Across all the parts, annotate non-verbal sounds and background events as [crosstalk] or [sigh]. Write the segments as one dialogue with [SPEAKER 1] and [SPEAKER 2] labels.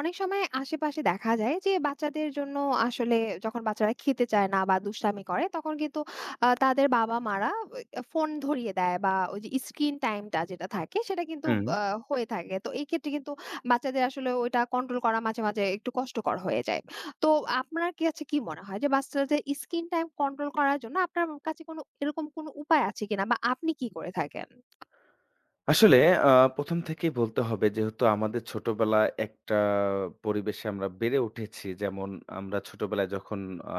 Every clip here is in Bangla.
[SPEAKER 1] অনেক সময় আশেপাশে দেখা যায় যে বাচ্চাদের জন্য আসলে যখন বাচ্চারা খেতে চায় না বা দুষ্টামি করে তখন কিন্তু তাদের বাবা মারা ফোন ধরিয়ে দেয় বা ওই যে স্ক্রিন টাইমটা যেটা থাকে সেটা কিন্তু
[SPEAKER 2] হুম।
[SPEAKER 1] হয়ে থাকে। তো এই ক্ষেত্রে কিন্তু বাচ্চাদের আসলে ওইটা কন্ট্রোল করা মাঝে মাঝে একটু কষ্টকর হয়ে যায়। তো আপনার কাছে কি মনে হয় যে বাচ্চাদের স্ক্রিন টাইম কন্ট্রোল করার জন্য আপনার কাছে কোনো এরকম কোনো উপায় আছে কিনা বা আপনি কি করে থাকেন?
[SPEAKER 2] আসলে আ ১ম থেকেই বলতে হবে যেহেতু আমাদের ছোটবেলায় একটা পরিবেশে আমরা বেড়ে উঠেছি। যেমন আমরা ছোটবেলায় যখন আ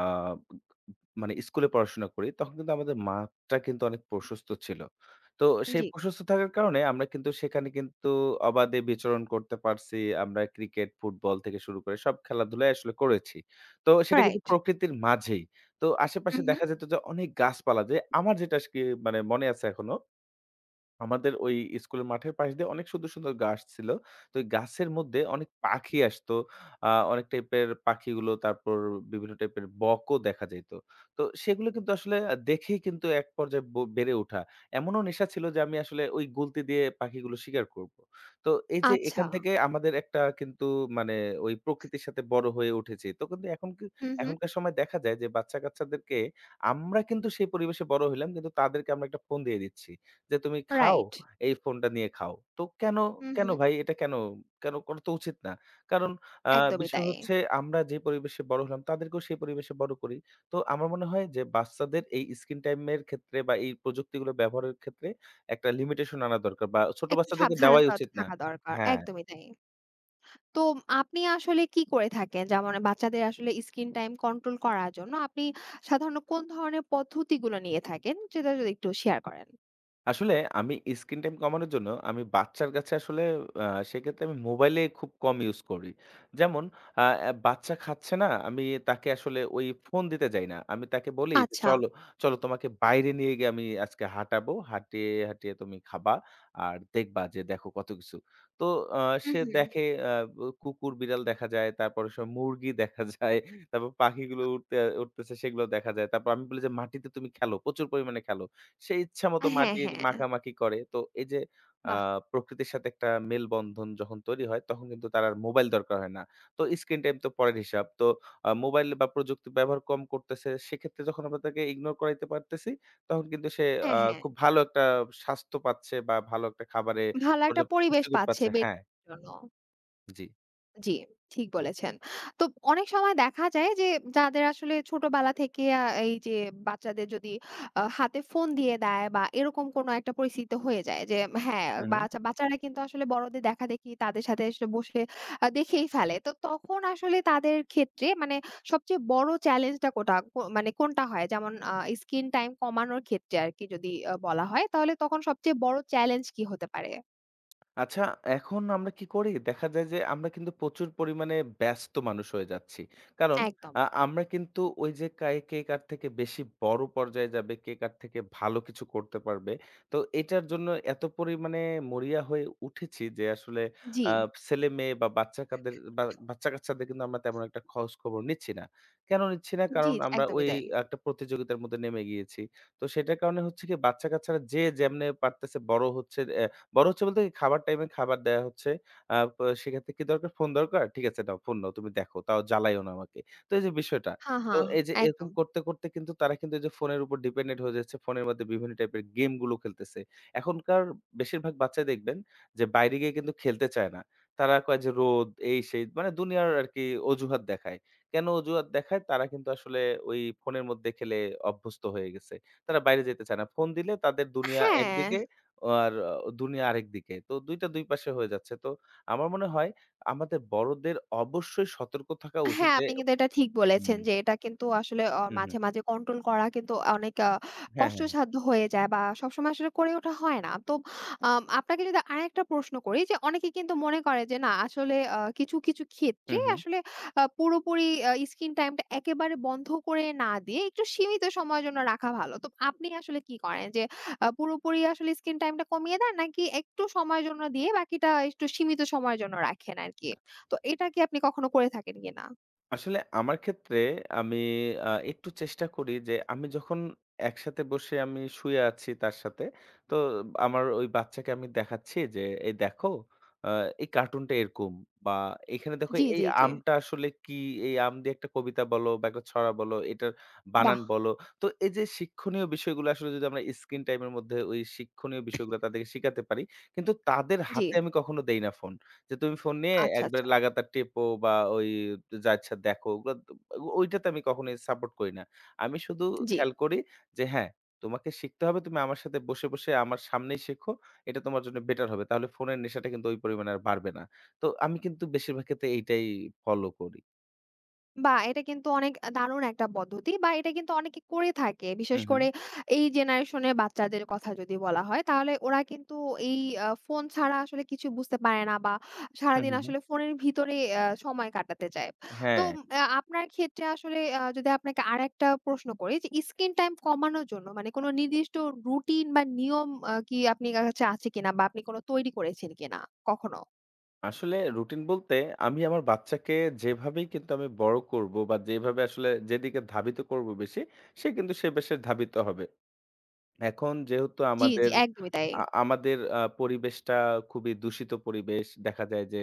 [SPEAKER 2] মানে স্কুলে পড়াশোনা করি তখন কিন্তু আমাদের মাঠটা কিন্তু অনেক প্রশস্ত ছিল। তো সেই
[SPEAKER 1] জি।
[SPEAKER 2] প্রশস্ত থাকার কারণে আমরা কিন্তু সেখানে কিন্তু অবাধে বিচরণ করতে পারছি। আমরা ক্রিকেট, ফুটবল থেকে শুরু করে সব খেলাধুলাই আসলে করেছি। তো সেটা কিন্তু
[SPEAKER 1] রাইট।
[SPEAKER 2] প্রকৃতির মাঝেই। তো
[SPEAKER 1] হুম
[SPEAKER 2] আশেপাশে
[SPEAKER 1] হুম।
[SPEAKER 2] দেখা যেত যে অনেক গাছপালা যে আমার যেটা আজকে মানে মনে আছে এখনো আমাদের ওই স্কুলের মাঠের পাশ দিয়ে অনেক সুন্দর, সুন্দর গাছ ছিল। তো ওই গাছের মধ্যে অনেক পাখি আসতো। অনেক টাইপের পাখিগুলো, তারপর বিভিন্ন টাইপের বকও দেখা যাইত। তো সেগুলো কিন্তু আসলে দেখেই কিন্তু এক পর্যায়ে বেড়ে ওঠা। এমনও নেশা ছিল যে আমি আসলে ওই গুলতি দিয়ে পাখিগুলো শিকার করব। তো এই যে
[SPEAKER 1] আচ্ছা।
[SPEAKER 2] এখান থেকে আমাদের একটা কিন্তু মানে ওই প্রকৃতির সাথে বড় হয়ে উঠেছি। তো কিন্তু এখন কি
[SPEAKER 1] হুম হুম।
[SPEAKER 2] এখনকার সময় দেখা যায় যে বাচ্চা-কাচ্চাদেরকে আমরা কিন্তু সেই পরিবেশে বড় হইলাম কিন্তু তাদেরকে আমরা একটা ফোন দিয়ে দিচ্ছি। যে, "তুমি খাও,
[SPEAKER 1] রাইট।
[SPEAKER 2] এই ফোনটা নিয়ে খাও।" তো কেন
[SPEAKER 1] হুম
[SPEAKER 2] কেন
[SPEAKER 1] হুম।
[SPEAKER 2] ভাই এটা কেন? কেন করা তো উচিত না। কারণ আ
[SPEAKER 1] একদমই
[SPEAKER 2] বিষয়
[SPEAKER 1] তাই।
[SPEAKER 2] হচ্ছে আমরা যে পরিবেশে বড় হলাম তাদেরকেও সেই পরিবেশে বড় করি। তো আমার মনে হয় যে বাচ্চাদের এই স্ক্রিন টাইম এর ক্ষেত্রে বা এই প্রযুক্তিগুলো ব্যবহারের ক্ষেত্রে একটা লিমিটেশন আনা দরকার বা ছোট
[SPEAKER 1] একটু
[SPEAKER 2] বাচ্চাদেরকে দেওয়াই
[SPEAKER 1] সাবধানতা তো
[SPEAKER 2] উচিত না।
[SPEAKER 1] থাকা দরকার।
[SPEAKER 2] হ্যাঁ।
[SPEAKER 1] একদমই তাই। তো আপনি আসলে কি করে থাকেন? যেমন বাচ্চাদের আসলে স্ক্রিন টাইম কন্ট্রোল করার জন্য আপনি সাধারণত কোন ধরনের পদ্ধতিগুলো নিয়ে থাকেন? সেটা যদি একটু শেয়ার করেন।
[SPEAKER 2] আসলে আমি স্ক্রিন টাইম কমানোর জন্য আমি বাচ্চার কাছে আসলে আ সেক্ষেত্রে আমি মোবাইলে খুব কম ইউজ করি। যেমন আ অ্যা বাচ্চা খাচ্ছে না, আমি তাকে আসলে ওই ফোন দিতে যাই না। আমি তাকে বলি যে,
[SPEAKER 1] আচ্ছা।
[SPEAKER 2] "চলো, চলো তোমাকে বাইরে নিয়ে গিয়ে আমি আজকে হাঁটাবো। হাঁটিয়ে, হাঁটিয়ে তুমি খাবা। আর দেখবা যে দেখো কত কিছু।" তো আ
[SPEAKER 1] হুম,
[SPEAKER 2] সে
[SPEAKER 1] হুম।
[SPEAKER 2] দেখে আ উ কুকুর, বিড়াল দেখা যায়, তারপরে সব মুরগি দেখা যায়, তারপর পাখিগুলো উড়তে উড়তেছে সেগুলো দেখা যায়। তারপর আমি বলি যে, "মাটিতে তুমি খেলো, প্রচুর পরিমাণে খেলো।" সে ইচ্ছামত
[SPEAKER 1] হ্যাঁ,
[SPEAKER 2] মাটি
[SPEAKER 1] হ্যাঁ।
[SPEAKER 2] মাখামাখি করে। তো এই যে আ
[SPEAKER 1] বাহ!
[SPEAKER 2] প্রকৃতির সাথে একটা মেলবন্ধন যখন তৈরি হয়, তখন কিন্তু তার আর মোবাইল দরকার হয় না। তো স্ক্রিন টাইম তো পরের হিসাব। তো মোবাইল বা প্রযুক্তি ব্যবহার কম করতেছে, সেক্ষেত্রে যখন আমরা তাকে ইগনোর করাইতে পারতেছি, তখন কিন্তু সে আ
[SPEAKER 1] হ্যাঁ, হ্যাঁ।
[SPEAKER 2] খুব ভালো একটা স্বাস্থ্য পাচ্ছে বা ভালো একটা খাবারে
[SPEAKER 1] ভালো একটা
[SPEAKER 2] পর্যাপ্ত
[SPEAKER 1] পরিবেশ
[SPEAKER 2] পুষ্টিগুণ
[SPEAKER 1] পাচ্ছে
[SPEAKER 2] পাচ্ছে
[SPEAKER 1] বের
[SPEAKER 2] হ্যাঁ,
[SPEAKER 1] জন্য।
[SPEAKER 2] জি।
[SPEAKER 1] জি, ঠিক বলেছেন। তো অনেক সময় দেখা যায় যে যাদের আসলে ছোটবেলা থেকে এই যে বাচ্চাদের যদি হাতে ফোন দিয়ে দেয় বা এরকম কোনো একটা পরিস্থিতি হয়ে যায় যে, হ্যাঁ,
[SPEAKER 2] হু, হু।
[SPEAKER 1] বাচ্চারা কিন্তু আসলে বড়দের দেখাদেখি তাদের সাথে এসে বসে দেখেই ফেলে। তো তখন আসলে তাদের ক্ষেত্রে মানে সবচেয়ে বড় চ্যালেঞ্জটা কোটা কো মানে কোনটা হয়? যেমন স্ক্রিন টাইম কমানোর ক্ষেত্রে আরকি যদি বলা হয় তাহলে তখন সবচেয়ে বড় চ্যালেঞ্জ কি হতে পারে?
[SPEAKER 2] আচ্ছা, এখন আমরা কি করি? দেখা যায় যে আমরা কিন্তু প্রচুর পরিমাণে ব্যস্ত মানুষ হয়ে যাচ্ছি। কারণ
[SPEAKER 1] একদম।
[SPEAKER 2] আমরা কিন্তু ওই যে কে কার থেকে বেশি বড় পর্যায়ে যাবে, কে কার থেকে ভালো কিছু করতে পারবে। তো এটার জন্য এত পরিমাণে মরিয়া হয়ে উঠেছি যে আসলে
[SPEAKER 1] জি,
[SPEAKER 2] আ ছেলেমেয়ে বা বাচ্চাকাদের বা বাচ্চাকাচ্চাদের কিন্তু আমরা তেমন একটা খোঁজ-খবর নিচ্ছি না। কেন নিচ্ছি না?
[SPEAKER 1] জি, জি,
[SPEAKER 2] কারণ আমরা
[SPEAKER 1] একদমই
[SPEAKER 2] ওই
[SPEAKER 1] তাই।
[SPEAKER 2] একটা প্রতিযোগিতার মধ্যে নেমে গিয়েছি। তো সেটার কারণে হচ্ছে কি বাচ্চাকাচ্চারা যে যেমনে পারতেছে বড় হচ্ছে বলতে খাবার টাইমে খাবার দেয়া হচ্ছে। আ পা সেক্ষেত্রে কি দরকার? ফোন দরকার? ঠিক আছে নাও ফোন নাও। তুমি দেখো। তাও জ্বালাইও না আমাকে। তো এই যে বিষয়টা।
[SPEAKER 1] হা, হা,
[SPEAKER 2] তো এই যে এরকম
[SPEAKER 1] একদম।
[SPEAKER 2] করতে, করতে কিন্তু তারা কিন্তু এই যে ফোনের উপর ডিপেন্ডেন্ট হয়ে যাচ্ছে। ফোনের মধ্যে বিভিন্ন টাইপের গেমগুলো খেলতেছে। এখনকার বেশিরভাগ বাচ্চাই দেখবেন যে বাইরে গিয়ে কিন্তু খেলতে চায় না। তারা কয় যে রোদ, এই সেই মানে দুনিয়ার আরকি অজুহাত দেখায়। কেন অজুহাত দেখায়? তারা কিন্তু আসলে ওই ফোনের মধ্যে খেলে অভ্যস্ত হয়ে গেছে। তারা বাইরে যেতে চায় না। ফোন দিলে তাদের দুনিয়া
[SPEAKER 1] হ্যাঁ,
[SPEAKER 2] একদিকে আর দুনিয়া আরেকদিকে। তো ২ টা ২ পাশে হয়ে যাচ্ছে। তো আমার মনে হয় আমাদের বড়দের অবশ্যই সতর্ক থাকা উচিত
[SPEAKER 1] হ্যাঁ,
[SPEAKER 2] যে
[SPEAKER 1] আপনি কিন্তু এটা ঠিক বলেছেন
[SPEAKER 2] হুম,
[SPEAKER 1] যে এটা কিন্তু আসলে
[SPEAKER 2] হুম, হুম।
[SPEAKER 1] মাঝে, মাঝে কন্ট্রোল করা কিন্তু অনেক
[SPEAKER 2] হ্যাঁ, হ্যাঁ, হ্যাঁ।
[SPEAKER 1] কষ্টসাধ্য হয়ে যায় বা সবসময় আসলে করে ওঠা হয় না। তো আপনাকে যদি আরেকটা প্রশ্ন করি যে অনেকে কিন্তু মনে করে যে না আসলে কিছু, কিছু ক্ষেত্রে
[SPEAKER 2] হুম, হুম।
[SPEAKER 1] আসলে পুরোপুরি স্ক্রিন টাইমটা একেবারে বন্ধ করে না দিয়ে একটু সীমিত সময়ের জন্য রাখা ভালো। তো আপনি আসলে কি করেন যে পুরোপুরি আসলে স্ক্রিন টাইমটা কমিয়ে দেন নাকি একটু সময়ের জন্য দিয়ে বাকিটা একটু সীমিত সময়ের জন্য রাখেন আরকি? তো এটা কি আপনি কখনো করে থাকেন কিনা?
[SPEAKER 2] আসলে আমার ক্ষেত্রে আমি একটু চেষ্টা করি যে আমি যখন একসাথে বসে আমি শুয়ে আছি তার সাথে, তো আমার ওই বাচ্চাকে আমি দেখাচ্ছি যে, "এই দেখো আ এই কার্টুনটা এরকম বা এখানে দেখো
[SPEAKER 1] জি,
[SPEAKER 2] এই
[SPEAKER 1] জি, জি।
[SPEAKER 2] আমটা আসলে কি? এই আম দিয়ে একটা কবিতা বলো বা একটা ছড়া বলো, এটার
[SPEAKER 1] বাহ!
[SPEAKER 2] বানান বলো।" তো এই যে শিক্ষণীয় বিষয়গুলো আসলে যদি আমরা স্ক্রিন টাইম এর মধ্যে ওই শিক্ষণীয় বিষয়গুলো তাদেরকে শিখাতে পারি, কিন্তু তাদের
[SPEAKER 1] জি।
[SPEAKER 2] হাতে আমি কখনো দেই না ফোন। যে তুমি ফোন নিয়ে
[SPEAKER 1] আচ্ছা,
[SPEAKER 2] একবারে
[SPEAKER 1] আচ্ছা।
[SPEAKER 2] লাগাতার টেপো বা ওই যা ইচ্ছা দেখো। ওগুলা তো ওইটাতে আমি কখনোই সাপোর্ট করি না। আমি শুধু
[SPEAKER 1] জি।
[SPEAKER 2] খেয়াল করি যে হ্যাঁ, তোমাকে শিখতে হবে। তুমি আমার সাথে বসে, বসে আমার সামনেই শেখো। এটা তোমার জন্য বেটার হবে। তাহলে ফোনের নেশাটা কিন্তু ওই পরিমাণে আর বাড়বে না। তো আমি কিন্তু বেশিরভাগ ক্ষেত্রে এইটাই ফলো করি।
[SPEAKER 1] বাহ! এটা কিন্তু অনেক দারুণ একটা পদ্ধতি বা এটা কিন্তু অনেকে করে থাকে। বিশেষ
[SPEAKER 2] হুম, হুম।
[SPEAKER 1] করে এই জেনারেশনের বাচ্চাদের কথা যদি বলা হয়, তাহলে ওরা কিন্তু এই ফোন ছাড়া আসলে কিছু বুঝতে পারে না বা
[SPEAKER 2] হুম,
[SPEAKER 1] সারাদিন
[SPEAKER 2] হুম, হুম।
[SPEAKER 1] আসলে ফোনের ভিতরে সময় কাটাতে চায়। তো
[SPEAKER 2] হ্যাঁ,
[SPEAKER 1] আপনার ক্ষেত্রে আসলে যদি আপনাকে আরেকটা প্রশ্ন করি যে স্ক্রিন টাইম কমানোর জন্য মানে কোনো নির্দিষ্ট রুটিন বা নিয়ম কি আপনি কাছে আছে কিনা বা আপনি কোনো তৈরি করেছেন কিনা কখনো?
[SPEAKER 2] আসলে রুটিন বলতে আমি আমার বাচ্চাকে যেভাবেই কিন্তু আমি বড় করব বা যেভাবে আসলে যেদিকে ধাবিত করব বেশি, সে কিন্তু সে বেশে ধাবিত হবে। এখন যেহেতু
[SPEAKER 1] জি, জি,
[SPEAKER 2] আমাদের
[SPEAKER 1] একদমই তাই।
[SPEAKER 2] আ আমাদের আ পরিবেশটা খুবই দূষিত পরিবেশ। দেখা যায় যে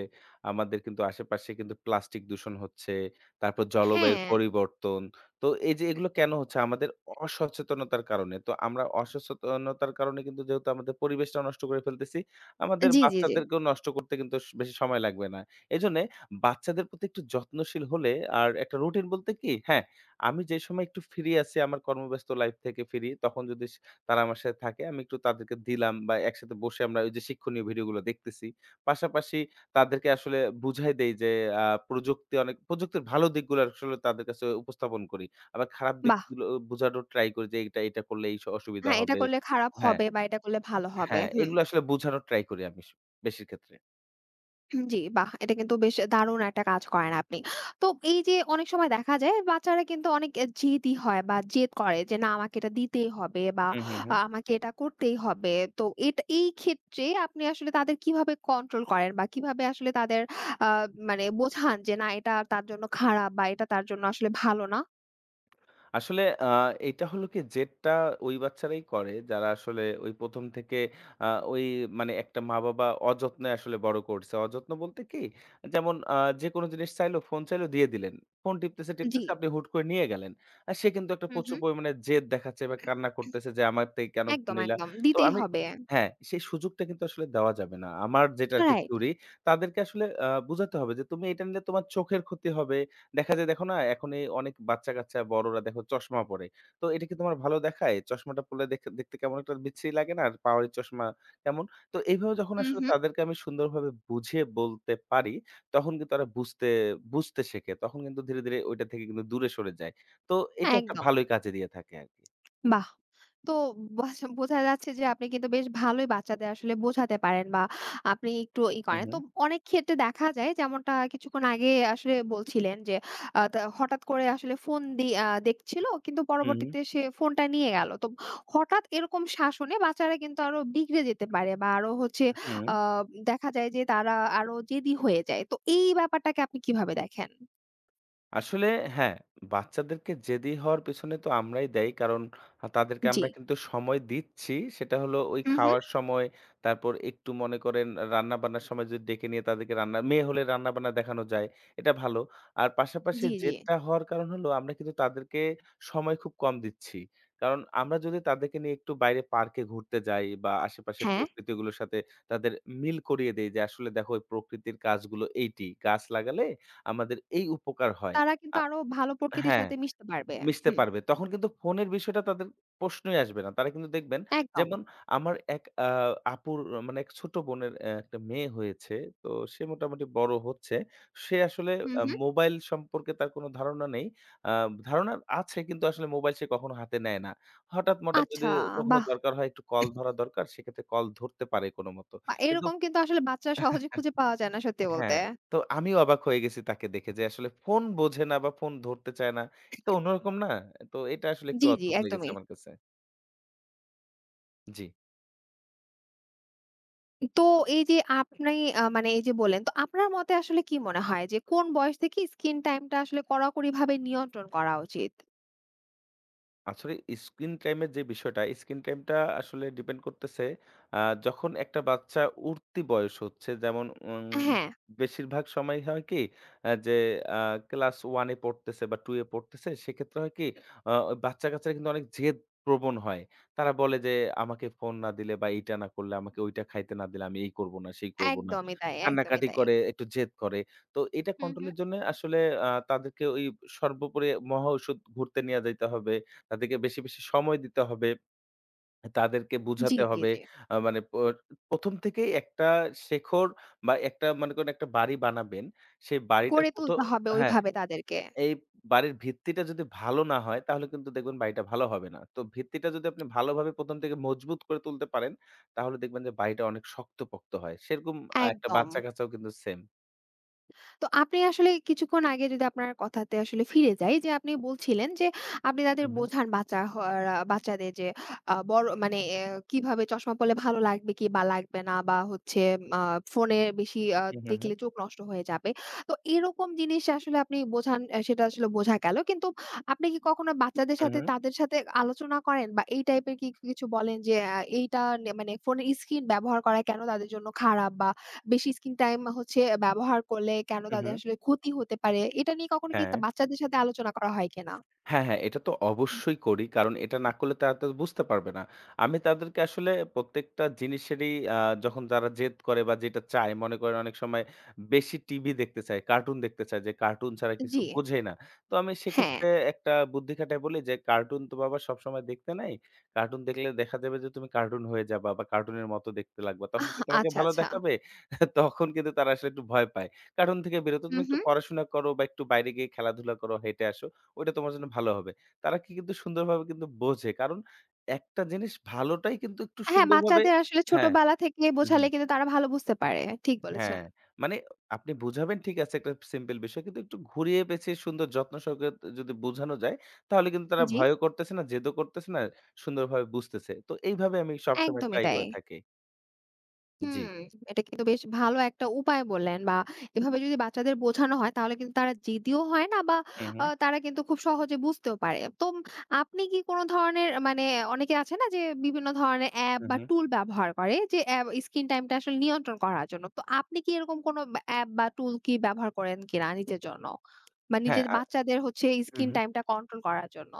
[SPEAKER 2] আমাদের কিন্তু আশেপাশে কিন্তু প্লাস্টিক দূষণ হচ্ছে। তারপর জলবায়ুর
[SPEAKER 1] হ্যাঁ,
[SPEAKER 2] পরিবর্তন। তো এই যে এগুলো কেন হচ্ছে? আমাদের অসচেতনতার কারণে। তো আমরা অসচেতনতার কারণে কিন্তু যেহেতু আমাদের পরিবেশটা নষ্ট করে ফেলতেছি, আমাদের
[SPEAKER 1] জি, জি, জি।
[SPEAKER 2] বাচ্চাদেরকেও নষ্ট করতে কিন্তু বেশি সময় লাগবে না। এজন্যে বাচ্চাদের প্রতি একটু যত্নশীল হলে আর একটা রুটিন বলতে কি? হ্যাঁ, আমি যে সময় একটু ফ্রি আছি আমার কর্মব্যস্ত লাইফ থেকে ফ্রি, তখন যদি তারা আমার সাথে থাকে। আমি একটু তাদেরকে দিলাম বা একসাথে বসে আমরা ওই যে শিক্ষণীয় ভিডিওগুলো দেখতেছি। পাশাপাশি তাদেরকে আসলে বুঝাই দেই যে আ প্রযুক্তি অনেক প্রযুক্তির ভালো দিকগুলো আসলে তাদের কাছে উপস্থাপন করি। আবার খারাপ
[SPEAKER 1] বাহ!
[SPEAKER 2] দিকগুলো বোঝানোর ট্রাই করি যে এটা করলে এই অসুবিধা
[SPEAKER 1] হ্যাঁ, এটা
[SPEAKER 2] হবে।
[SPEAKER 1] করলে খারাপ
[SPEAKER 2] হ্যাঁ,
[SPEAKER 1] হবে বা এটা করলে ভালো হবে।
[SPEAKER 2] হ্যাঁ,
[SPEAKER 1] হুম,
[SPEAKER 2] এগুলো আসলে বোঝানোর ট্রাই করি আমি বেশির ক্ষেত্রে।
[SPEAKER 1] হুম, জি, বাহ! এটা কিন্তু বেশ দারুণ একটা কাজ করেন আপনি। তো এই যে অনেক সময় দেখা যায় বাচ্চারা কিন্তু অনেক জেদি হয় বা জেদ করে যে না আমাকে এটা দিতেই হবে বা
[SPEAKER 2] হু, হু, হু।
[SPEAKER 1] আমাকে এটা করতেই হবে। তো এটা এই ক্ষেত্রে আপনি আসলে তাদের কিভাবে কন্ট্রোল করেন বা কিভাবে আসলে তাদের আ মানে বোঝান যে না এটা তার জন্য খারাপ বা এটা তার জন্য আসলে ভালো না?
[SPEAKER 2] আসলে এটা হলো কি জেদটা ওই বাচ্চারাই করে যারা আসলে ওই ১ম থেকে আ ওই মানে একটা মা-বাবা অযত্নে আসলে বড় করছে। অযত্ন বলতে কি? যেমন যেকোনো জিনিস চাইলো, ফোন চাইলো দিয়ে দিলেন। ফোন টিপতেছে,
[SPEAKER 1] জি।
[SPEAKER 2] টিপতেছে আপনি হুট করে নিয়ে গেলেন। আর সে কিন্তু একটা
[SPEAKER 1] হুম,
[SPEAKER 2] প্রচুর
[SPEAKER 1] হুম।
[SPEAKER 2] পরিমাণে জেদ দেখাচ্ছে বা কান্না করতেছে যে, "আমার থেকে কেন ফোন
[SPEAKER 1] একদম,
[SPEAKER 2] নিলা?"
[SPEAKER 1] একদম।
[SPEAKER 2] তো
[SPEAKER 1] দিতেই
[SPEAKER 2] আমি
[SPEAKER 1] হবে।
[SPEAKER 2] হ্যাঁ, সেই সুযোগটা কিন্তু আসলে দেওয়া যাবে না। আমার যেটা আরকি
[SPEAKER 1] রাইট।
[SPEAKER 2] থিওরি, তাদেরকে আসলে বুঝাতে হবে যে, "তুমি এটা নিলে তোমার চোখের ক্ষতি হবে, দেখা যায় দেখো না এখন এই অনেক বাচ্চা-কাচ্চা বড়রা দেখো চশমা পড়ে। তো এটা কি তোমার ভালো দেখায়? চশমাটা পড়লে দেখে দেখতে কেমন একটা বিচ্ছিরি লাগে না? আর পাওয়ারি চশমা কেমন? তো এইভাবে যখন
[SPEAKER 1] হুম,
[SPEAKER 2] আসলে
[SPEAKER 1] হুম।
[SPEAKER 2] তাদেরকে আমি সুন্দরভাবে বুঝিয়ে বলতে পারি, তখন কিন্তু তারা বুঝতে, বুঝতে শেখে। তখন কিন্তু ধীরে, ধীরে ওইটা থেকে কিন্তু দূরে সরে যায়। তো এটা একটা
[SPEAKER 1] একদম।
[SPEAKER 2] ভালোই কাজে দিয়ে থাকে আরকি।
[SPEAKER 1] বাহ! তো বোঝা যাচ্ছে যে আপনি কিন্তু বেশ ভালোই বাচ্চাদের আসলে বোঝাতে পারেন বা আপনি একটু
[SPEAKER 2] হু,
[SPEAKER 1] করেন।
[SPEAKER 2] হু।
[SPEAKER 1] তো অনেক ক্ষেত্রে দেখা যায় যেমনটা কিছুক্ষণ আগে আসলে বলছিলেন যে হঠাৎ করে আসলে ফোন দেখছিল কিন্তু
[SPEAKER 2] হু, হু।
[SPEAKER 1] পরবর্তীতে সে ফোনটা নিয়ে গেল। তো হঠাৎ এরকম শাসনে বাচ্চারা কিন্তু আরো বিগড়ে যেতে পারে বা আরো হচ্ছে
[SPEAKER 2] হু।
[SPEAKER 1] আ দেখা যায় যে তারা আরো জেদি হয়ে যায়। তো এই ব্যাপারটাকে আপনি কিভাবে দেখেন?
[SPEAKER 2] আসলে হ্যাঁ, বাচ্চাদেরকে জেদি হওয়ার পেছনে তো আমরাই দায়ী। কারণ তাদেরকে
[SPEAKER 1] জি।
[SPEAKER 2] আমরা কিন্তু সময় দিচ্ছি। সেটা হলো ওই
[SPEAKER 1] হুম, হুম।
[SPEAKER 2] খাওয়ার সময়, তারপর একটু মনে করেন রান্না-বান্নার সময় যদি ডেকে নিয়ে তাদেরকে রান্না মেয়ে হলে রান্না-বান্না দেখানো যায়, এটা ভালো। আর পাশাপাশি
[SPEAKER 1] জি, জি।
[SPEAKER 2] জেদটা হওয়ার কারণ হলো আমরা কিন্তু তাদেরকে সময় খুব কম দিচ্ছি। কারণ আমরা যদি তাদেরকে নিয়ে একটু বাইরে পার্কে ঘুরতে যাই বা আশেপাশে
[SPEAKER 1] হ্যাঁ।
[SPEAKER 2] প্রকৃতিগুলোর সাথে তাদের মিল করিয়ে দেই যে আসলে দেখো এই প্রকৃতির কাজগুলো এইটি। গাছ লাগালে আমাদের এই উপকার হয়।
[SPEAKER 1] তারা কিন্তু
[SPEAKER 2] আ
[SPEAKER 1] আরো ভালো প্রকৃতির
[SPEAKER 2] হ্যাঁ,
[SPEAKER 1] সাথে মিশতে পারবে।
[SPEAKER 2] মিশতে
[SPEAKER 1] হুম।
[SPEAKER 2] পারবে। তখন কিন্তু ফোনের বিষয়টা তাদের প্রশ্নই আসবে না। তারা কিন্তু দেখবেন
[SPEAKER 1] একদম।
[SPEAKER 2] যেমন আমার এক আপুর মানে এক ছোট বোনের একটা মেয়ে হয়েছে। তো সে মোটামুটি বড় হচ্ছে। সে আসলে
[SPEAKER 1] হুম, হুম।
[SPEAKER 2] মোবাইল সম্পর্কে তার কোনো ধারণা নেই। আ ধারণা আছে কিন্তু আসলে মোবাইল সে কখনো হাতে নেয় না। হঠাৎ-মঠাৎ
[SPEAKER 1] আচ্ছা,
[SPEAKER 2] যদি কখনো
[SPEAKER 1] বাহ!
[SPEAKER 2] দরকার হয় একটু কল ধরা দরকার, সেক্ষেত্রে কল ধরতে পারে কোনমত।
[SPEAKER 1] বা
[SPEAKER 2] কিন্তু
[SPEAKER 1] এরকম কিন্তু আসলে বাচ্চা সহজে খুঁজে পাওয়া যায় না সত্যি বলতে।
[SPEAKER 2] হ্যাঁ, তো আমিও অবাক হয়ে গেছি তাকে দেখে যে আসলে ফোন বোঝে না বা ফোন ধরতে চায় না। এটা অন্যরকম না? তো এটা আসলে একটু
[SPEAKER 1] জি, জি,
[SPEAKER 2] অদ্ভুত লেগেছে
[SPEAKER 1] একদমই।
[SPEAKER 2] আমার কাছে। জি।
[SPEAKER 1] তো এই যে আপনি মানে এই যে বললেন, তো আপনার মতে আসলে কি মনে হয় যে কোন বয়স থেকে স্ক্রিন টাইমটা আসলে কড়াকড়িভাবে নিয়ন্ত্রণ করা উচিত?
[SPEAKER 2] আসলে স্ক্রিন টাইম এর যে বিষয়টা, স্ক্রিন টাইমটা আসলে ডিপেন্ড করতেছে আ যখন একটা বাচ্চা উঠতি বয়স হচ্ছে যেমন
[SPEAKER 1] হ্যাঁ,
[SPEAKER 2] বেশিরভাগ সময় হয় কি আ যে আ ক্লাস 1 এ পড়তেছে বা 2 এ পড়তেছে সেক্ষেত্রে হয় কি আ বাচ্চা-কাচ্চারা কিন্তু অনেক জেদ প্রবণ হয়। তারা বলে যে আমাকে ফোন না দিলে বা এইটা না করলে, আমাকে ওইটা খাইতে না দিলে আমি এই করব না, সেই করব না।
[SPEAKER 1] একদমই তাই, একদমই
[SPEAKER 2] কান্নাকাটি
[SPEAKER 1] তাই।
[SPEAKER 2] করে, একটু জেদ করে। তো এটা
[SPEAKER 1] হুম,
[SPEAKER 2] কন্ট্রোল
[SPEAKER 1] হুম।
[SPEAKER 2] এর জন্য আসলে তাদেরকে ওই সর্বোপরি মহা ঔষধ ঘুরতে নিয়ে যাইতে হবে। তাদেরকে বেশি, বেশি সময় দিতে হবে। তাদেরকে
[SPEAKER 1] জি,
[SPEAKER 2] বুঝাতে
[SPEAKER 1] জি,
[SPEAKER 2] হবে।
[SPEAKER 1] জি।
[SPEAKER 2] মানে ১ম থেকেই একটা শেখর বা একটা মনে করেন একটা বাড়ি বানাবেন। সেই বাড়িটার
[SPEAKER 1] গড়ে
[SPEAKER 2] ১ম
[SPEAKER 1] তুলতে হবে
[SPEAKER 2] হ্যাঁ,
[SPEAKER 1] ওইভাবে তাদেরকে।
[SPEAKER 2] এই বাড়ির ভিত্তিটা যদি ভালো না হয় তাহলে কিন্তু দেখবেন বাড়িটা ভালো হবে না। তো ভিত্তিটা যদি আপনি ভালোভাবে ১ম থেকে মজবুত করে তুলতে পারেন, তাহলে দেখবেন যে বাড়িটা অনেক শক্তপোক্ত হয়। সেরকম একটা
[SPEAKER 1] একদম।
[SPEAKER 2] বাচ্চা-কাচ্চাও কিন্তু সেম।
[SPEAKER 1] তো আপনি আসলে কিছুক্ষণ আগে যদি আপনার কথাতে আসলে ফিরে যাই যে আপনি বলছিলেন যে আপনি
[SPEAKER 2] হু,
[SPEAKER 1] তাদের
[SPEAKER 2] হু।
[SPEAKER 1] বোঝান বাচ্চাদের যে বড় মানে কিভাবে চশমা পড়লে ভালো লাগবে কি বা লাগবে না বা হচ্ছে আ ফোনে বেশি
[SPEAKER 2] হু, হু, হু।
[SPEAKER 1] দেখলে চোখ নষ্ট হয়ে যাবে। তো এরকম জিনিস আসলে আপনি বোঝান সেটা আসলে বোঝা গেল। কিন্তু আপনি কি কখনো বাচ্চাদের
[SPEAKER 2] হু,
[SPEAKER 1] সাথে
[SPEAKER 2] হু।
[SPEAKER 1] তাদের সাথে আলোচনা করেন বা এই টাইপের কি কিছু বলেন যে এইটা নে মানে ফোনের স্ক্রিন ব্যবহার করা কেন তাদের জন্য খারাপ বা বেশি স্ক্রিন টাইম হচ্ছে ব্যবহার করলে কেন
[SPEAKER 2] হু,
[SPEAKER 1] তাদের
[SPEAKER 2] হু।
[SPEAKER 1] আসলে ক্ষতি হতে পারে? এটা নিয়ে কখনো কি তা
[SPEAKER 2] হ্যাঁ।
[SPEAKER 1] বাচ্চাদের সাথে আলোচনা করা হয় কিনা?
[SPEAKER 2] হ্যাঁ, হ্যাঁ, এটা তো অবশ্যই করি। কারণ এটা না করলে তারা তো বুঝতে পারবে না। আমি তাদেরকে আসলে প্রত্যেকটা জিনিসেরই যখন যারা জেদ করে বা যেটা চায়, মনে করেন অনেক সময় বেশি টিভি দেখতে চায়, কার্টুন দেখতে চায় যে কার্টুন ছাড়া কিছু
[SPEAKER 1] জি,
[SPEAKER 2] বোঝেই না। তো আমি
[SPEAKER 1] হ্যাঁ।
[SPEAKER 2] সেক্ষেত্রে একটা বুদ্ধি খাটায় বলি যে, "কার্টুন তো বাবা সবসময় দেখতে নাই। কার্টুন দেখলে দেখা যাবে যে তুমি কার্টুন হয়ে যাবা বা কার্টুনের মতো দেখতে লাগবা। তখন
[SPEAKER 1] আহ
[SPEAKER 2] কি তোমাকে
[SPEAKER 1] আচ্ছা,
[SPEAKER 2] ভালো
[SPEAKER 1] আচ্ছা।
[SPEAKER 2] দেখাবে?" [laughs] তখন কিন্তু তারা আসলে একটু ভয় পায়। কার্টুন থেকে বিরত
[SPEAKER 1] হুম,
[SPEAKER 2] তুমি একটু
[SPEAKER 1] হুম।
[SPEAKER 2] পড়াশোনা করো বা একটু বাইরে গিয়ে খেলাধুলা করো, হেঁটে আসো। ওইটা তোমার জন্য ভালো হবে। তারা কি কিন্তু সুন্দরভাবে কিন্তু বোঝে। কারণ একটা জিনিস ভালোটাই কিন্তু একটু
[SPEAKER 1] হ্যাঁ,
[SPEAKER 2] সুন্দরভাবে
[SPEAKER 1] বাচ্চাদের আসলে
[SPEAKER 2] হ্যাঁ,
[SPEAKER 1] ছোটবেলা থেকে
[SPEAKER 2] হু,
[SPEAKER 1] বোঝালে
[SPEAKER 2] হু,
[SPEAKER 1] কিন্তু তারা ভালো বুঝতে পারে। ঠিক বলেছেন।
[SPEAKER 2] হ্যাঁ। মানে আপনি বুঝাবেন ঠিক আছে একটা সিম্পল বিষয়। কিন্তু একটু ঘুরিয়ে পেঁচিয়ে সুন্দর যত্ন সহকারে যদি বোঝানো যায়, তাহলে কিন্তু তারা
[SPEAKER 1] জি,
[SPEAKER 2] ভয়ও করতেছে না, জেদও করতেছে না, সুন্দরভাবে বুঝতেছে। তো এইভাবে আমি সবসময়
[SPEAKER 1] একদমই
[SPEAKER 2] ট্রাই
[SPEAKER 1] তাই।
[SPEAKER 2] করে থাকি। জি।
[SPEAKER 1] হুম, এটা কিন্তু বেশ ভালো একটা উপায় বললেন বা এভাবে যদি বাচ্চাদের বোঝানো হয় তাহলে কিন্তু তারা জেদিও হয় না বা
[SPEAKER 2] হু, হু,
[SPEAKER 1] তারা কিন্তু খুব সহজে বুঝতেও পারে। তো আপনি কি কোন ধরনের মানে অনেকে আছে না যে বিভিন্ন ধরনের অ্যাপ
[SPEAKER 2] হু,
[SPEAKER 1] বা
[SPEAKER 2] হু।
[SPEAKER 1] টুল ব্যবহার করে যে অ্যাপ স্ক্রিন টাইমটা আসলে নিয়ন্ত্রণ করার জন্য। তো আপনি কি এরকম কোনো অ্যাপ বা টুল কি ব্যবহার করেন কিনা নিজের জন্য? বা
[SPEAKER 2] হ্যাঁ,
[SPEAKER 1] নিজের বাচ্চাদের হচ্ছে
[SPEAKER 2] হু,
[SPEAKER 1] স্ক্রিন
[SPEAKER 2] হু।
[SPEAKER 1] টাইমটা কন্ট্রোল করার জন্য?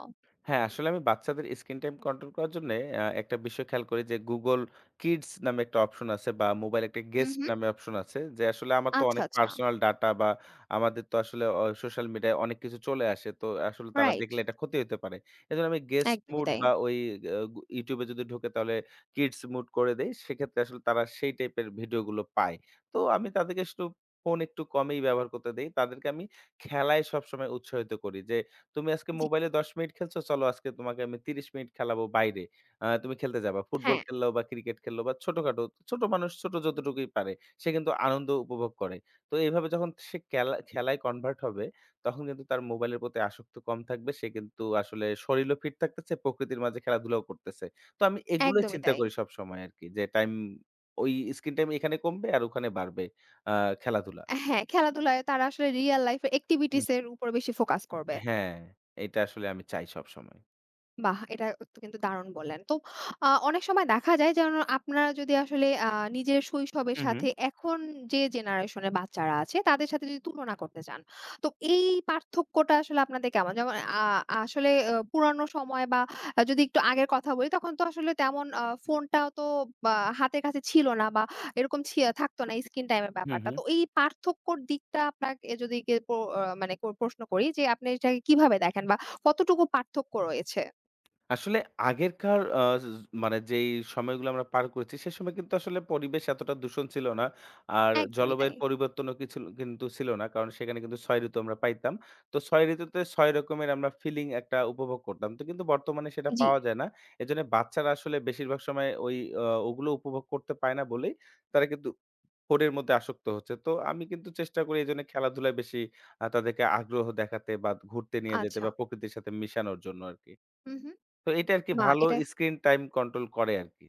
[SPEAKER 2] হ্যাঁ, আসলে আমি বাচ্চাদের স্ক্রিন টাইম কন্ট্রোল করার জন্যে একটা বিষয় খেয়াল করি যে Google Kids নামে একটা অপশন আছে বা মোবাইলে একটা
[SPEAKER 1] হুম,
[SPEAKER 2] গেস্ট
[SPEAKER 1] হুম।
[SPEAKER 2] নামে অপশন আছে। যে আসলে আমার তো
[SPEAKER 1] আচ্ছা,
[SPEAKER 2] অনেক
[SPEAKER 1] আচ্ছা।
[SPEAKER 2] পার্সোনাল ডাটা বা আমাদের তো আসলে অ সোশ্যাল মিডিয়ায় অনেক কিছু চলে আসে। তো আসলে তারা
[SPEAKER 1] রাইট।
[SPEAKER 2] দেখলে এটা ক্ষতি হতে পারে। এজন্য আমি গেস্ট
[SPEAKER 1] একদমই
[SPEAKER 2] মুড
[SPEAKER 1] তাই।
[SPEAKER 2] বা ওই আ YouTube এ যদি ঢোকে তাহলে কিডস মুড করে দেই। সেক্ষেত্রে আসলে তারা সেই টাইপের ভিডিওগুলো পায়। তো আমি তাদেরকে শুধু ফোন একটু কমেই ব্যবহার করতে দেই। তাদেরকে আমি খেলায় সবসময় উৎসাহিত করি যে তুমি আজকে
[SPEAKER 1] জি,
[SPEAKER 2] মোবাইলে ১০ মিনিট খেলছো, চলো আজকে তোমাকে আমি ৩০ মিনিট খেলাবো বাইরে। তুমি খেলতে যাবা। ফুটবল
[SPEAKER 1] হ্যাঁ,
[SPEAKER 2] খেললেও বা ক্রিকেট খেললেও বা ছোটখাটো, ছোট মানুষ ছোট যতটুকুই পারে, সে কিন্তু আনন্দ উপভোগ করে। তো এইভাবে যখন সে খেলায় কনভার্ট হবে, তখন কিন্তু তার মোবাইলের প্রতি আসক্ত কম থাকবে। সে কিন্তু আসলে শরীরও ফিট থাকতেছে, প্রকৃতির মাঝে খেলাধুলাও করতেছে। তো আমি এগুলোই
[SPEAKER 1] একদমই
[SPEAKER 2] চিন্তা
[SPEAKER 1] তাই।
[SPEAKER 2] করি সবসময় আরকি যে টাইম ওই স্ক্রিন টাইম এখানে কমবে আর ওখানে বাড়বে আ খেলাধুলা।
[SPEAKER 1] হ্যাঁ, খেলাধুলায় তারা আসলে রিয়াল লাইফ এর
[SPEAKER 2] হুম।
[SPEAKER 1] এক্টিভিটিস এর উপর বেশি ফোকাস করবে।
[SPEAKER 2] হ্যাঁ, এটা আসলে আমি চাই সবসময়।
[SPEAKER 1] বাহ! এটা তো কিন্তু দারুণ বললেন। তো অনেক সময় দেখা যায় যেন আপনারা যদি আসলে নিজের শৈশবের
[SPEAKER 2] হুম, হুম।
[SPEAKER 1] সাথে এখন যে জেনারেশন এর বাচ্চারা আছে তাদের সাথে যদি তুলনা করতে চান। তো এই পার্থক্যটা আসলে আপনাদের কেমন? যেমন আ আসলে পুরানো সময় বা যদি একটু আগের কথা বলি তখন তো আসলে তেমন ফোনটাও তো বা হাতের কাছে ছিল না বা এরকম থাকতো না স্ক্রিন টাইম এর
[SPEAKER 2] হুম,
[SPEAKER 1] ব্যাপারটা।
[SPEAKER 2] হুম।
[SPEAKER 1] তো এই পার্থক্যর দিকটা আপনাকে যদি কে প মানে প্রশ্ন করি যে আপনি এটাকে কিভাবে দেখেন বা কতটুকু পার্থক্য রয়েছে?
[SPEAKER 2] আসলে আগেরকার আ জ মানে যেই সময়গুলো আমরা পার করেছি, সে সময় কিন্তু আসলে পরিবেশ এতটা দূষণ ছিল না। আর
[SPEAKER 1] একদমই তাই।
[SPEAKER 2] জলবায়ুর পরিবর্তনও কি ছিল কিন্তু ছিল না। কারণ সেখানে কিন্তু ৬ ঋতু আমরা পাইতাম। তো ৬ ঋতুতে ৬ রকমের আমরা ফিলিং একটা উপভোগ করতাম। তো কিন্তু বর্তমানে সেটা
[SPEAKER 1] জি।
[SPEAKER 2] পাওয়া যায় না। এজন্য বাচ্চারা আসলে বেশিরভাগ সময় ওই ওগুলো উপভোগ করতে পায় না বলেই তারা কিন্তু ফোনের মধ্যে আসক্ত হচ্ছে। তো আমি কিন্তু চেষ্টা করি এজন্য খেলাধুলায় বেশি তাদেরকে আগ্রহ দেখাতে বা ঘুরতে নিয়ে যেতে
[SPEAKER 1] আচ্ছা।
[SPEAKER 2] বা প্রকৃতির সাথে মিশানোর জন্য আরকি।
[SPEAKER 1] হু, হু।
[SPEAKER 2] তো এটা আরকি
[SPEAKER 1] বাহ!
[SPEAKER 2] ভালো
[SPEAKER 1] এটা
[SPEAKER 2] স্ক্রিন টাইম কন্ট্রোল করে আরকি।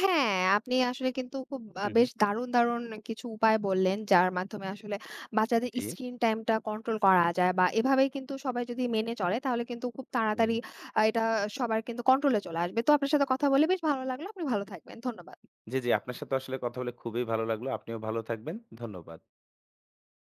[SPEAKER 1] হ্যাঁ, আপনি আসলে কিন্তু খুব
[SPEAKER 2] হুম,
[SPEAKER 1] বেশ
[SPEAKER 2] হুম।
[SPEAKER 1] দারুণ, দারুণ কিছু উপায় বললেন, যার মাধ্যমে আসলে বাচ্চাদের
[SPEAKER 2] জি।
[SPEAKER 1] স্ক্রিন টাইমটা কন্ট্রোল করা যায় বা এভাবেই কিন্তু সবাই যদি মেনে চলে, তাহলে কিন্তু খুব
[SPEAKER 2] হুম।
[SPEAKER 1] তাড়াতাড়ি এটা সবার কিন্তু কন্ট্রোলে চলে আসবে। তো আপনার সাথে কথা বলে বেশ ভালো লাগলো। আপনি ভালো থাকবেন। ধন্যবাদ।
[SPEAKER 2] জি, জি। আপনার সাথে আসলে কথা বলে খুবই ভালো লাগলো। আপনিও ভালো থাকবেন। ধন্যবাদ।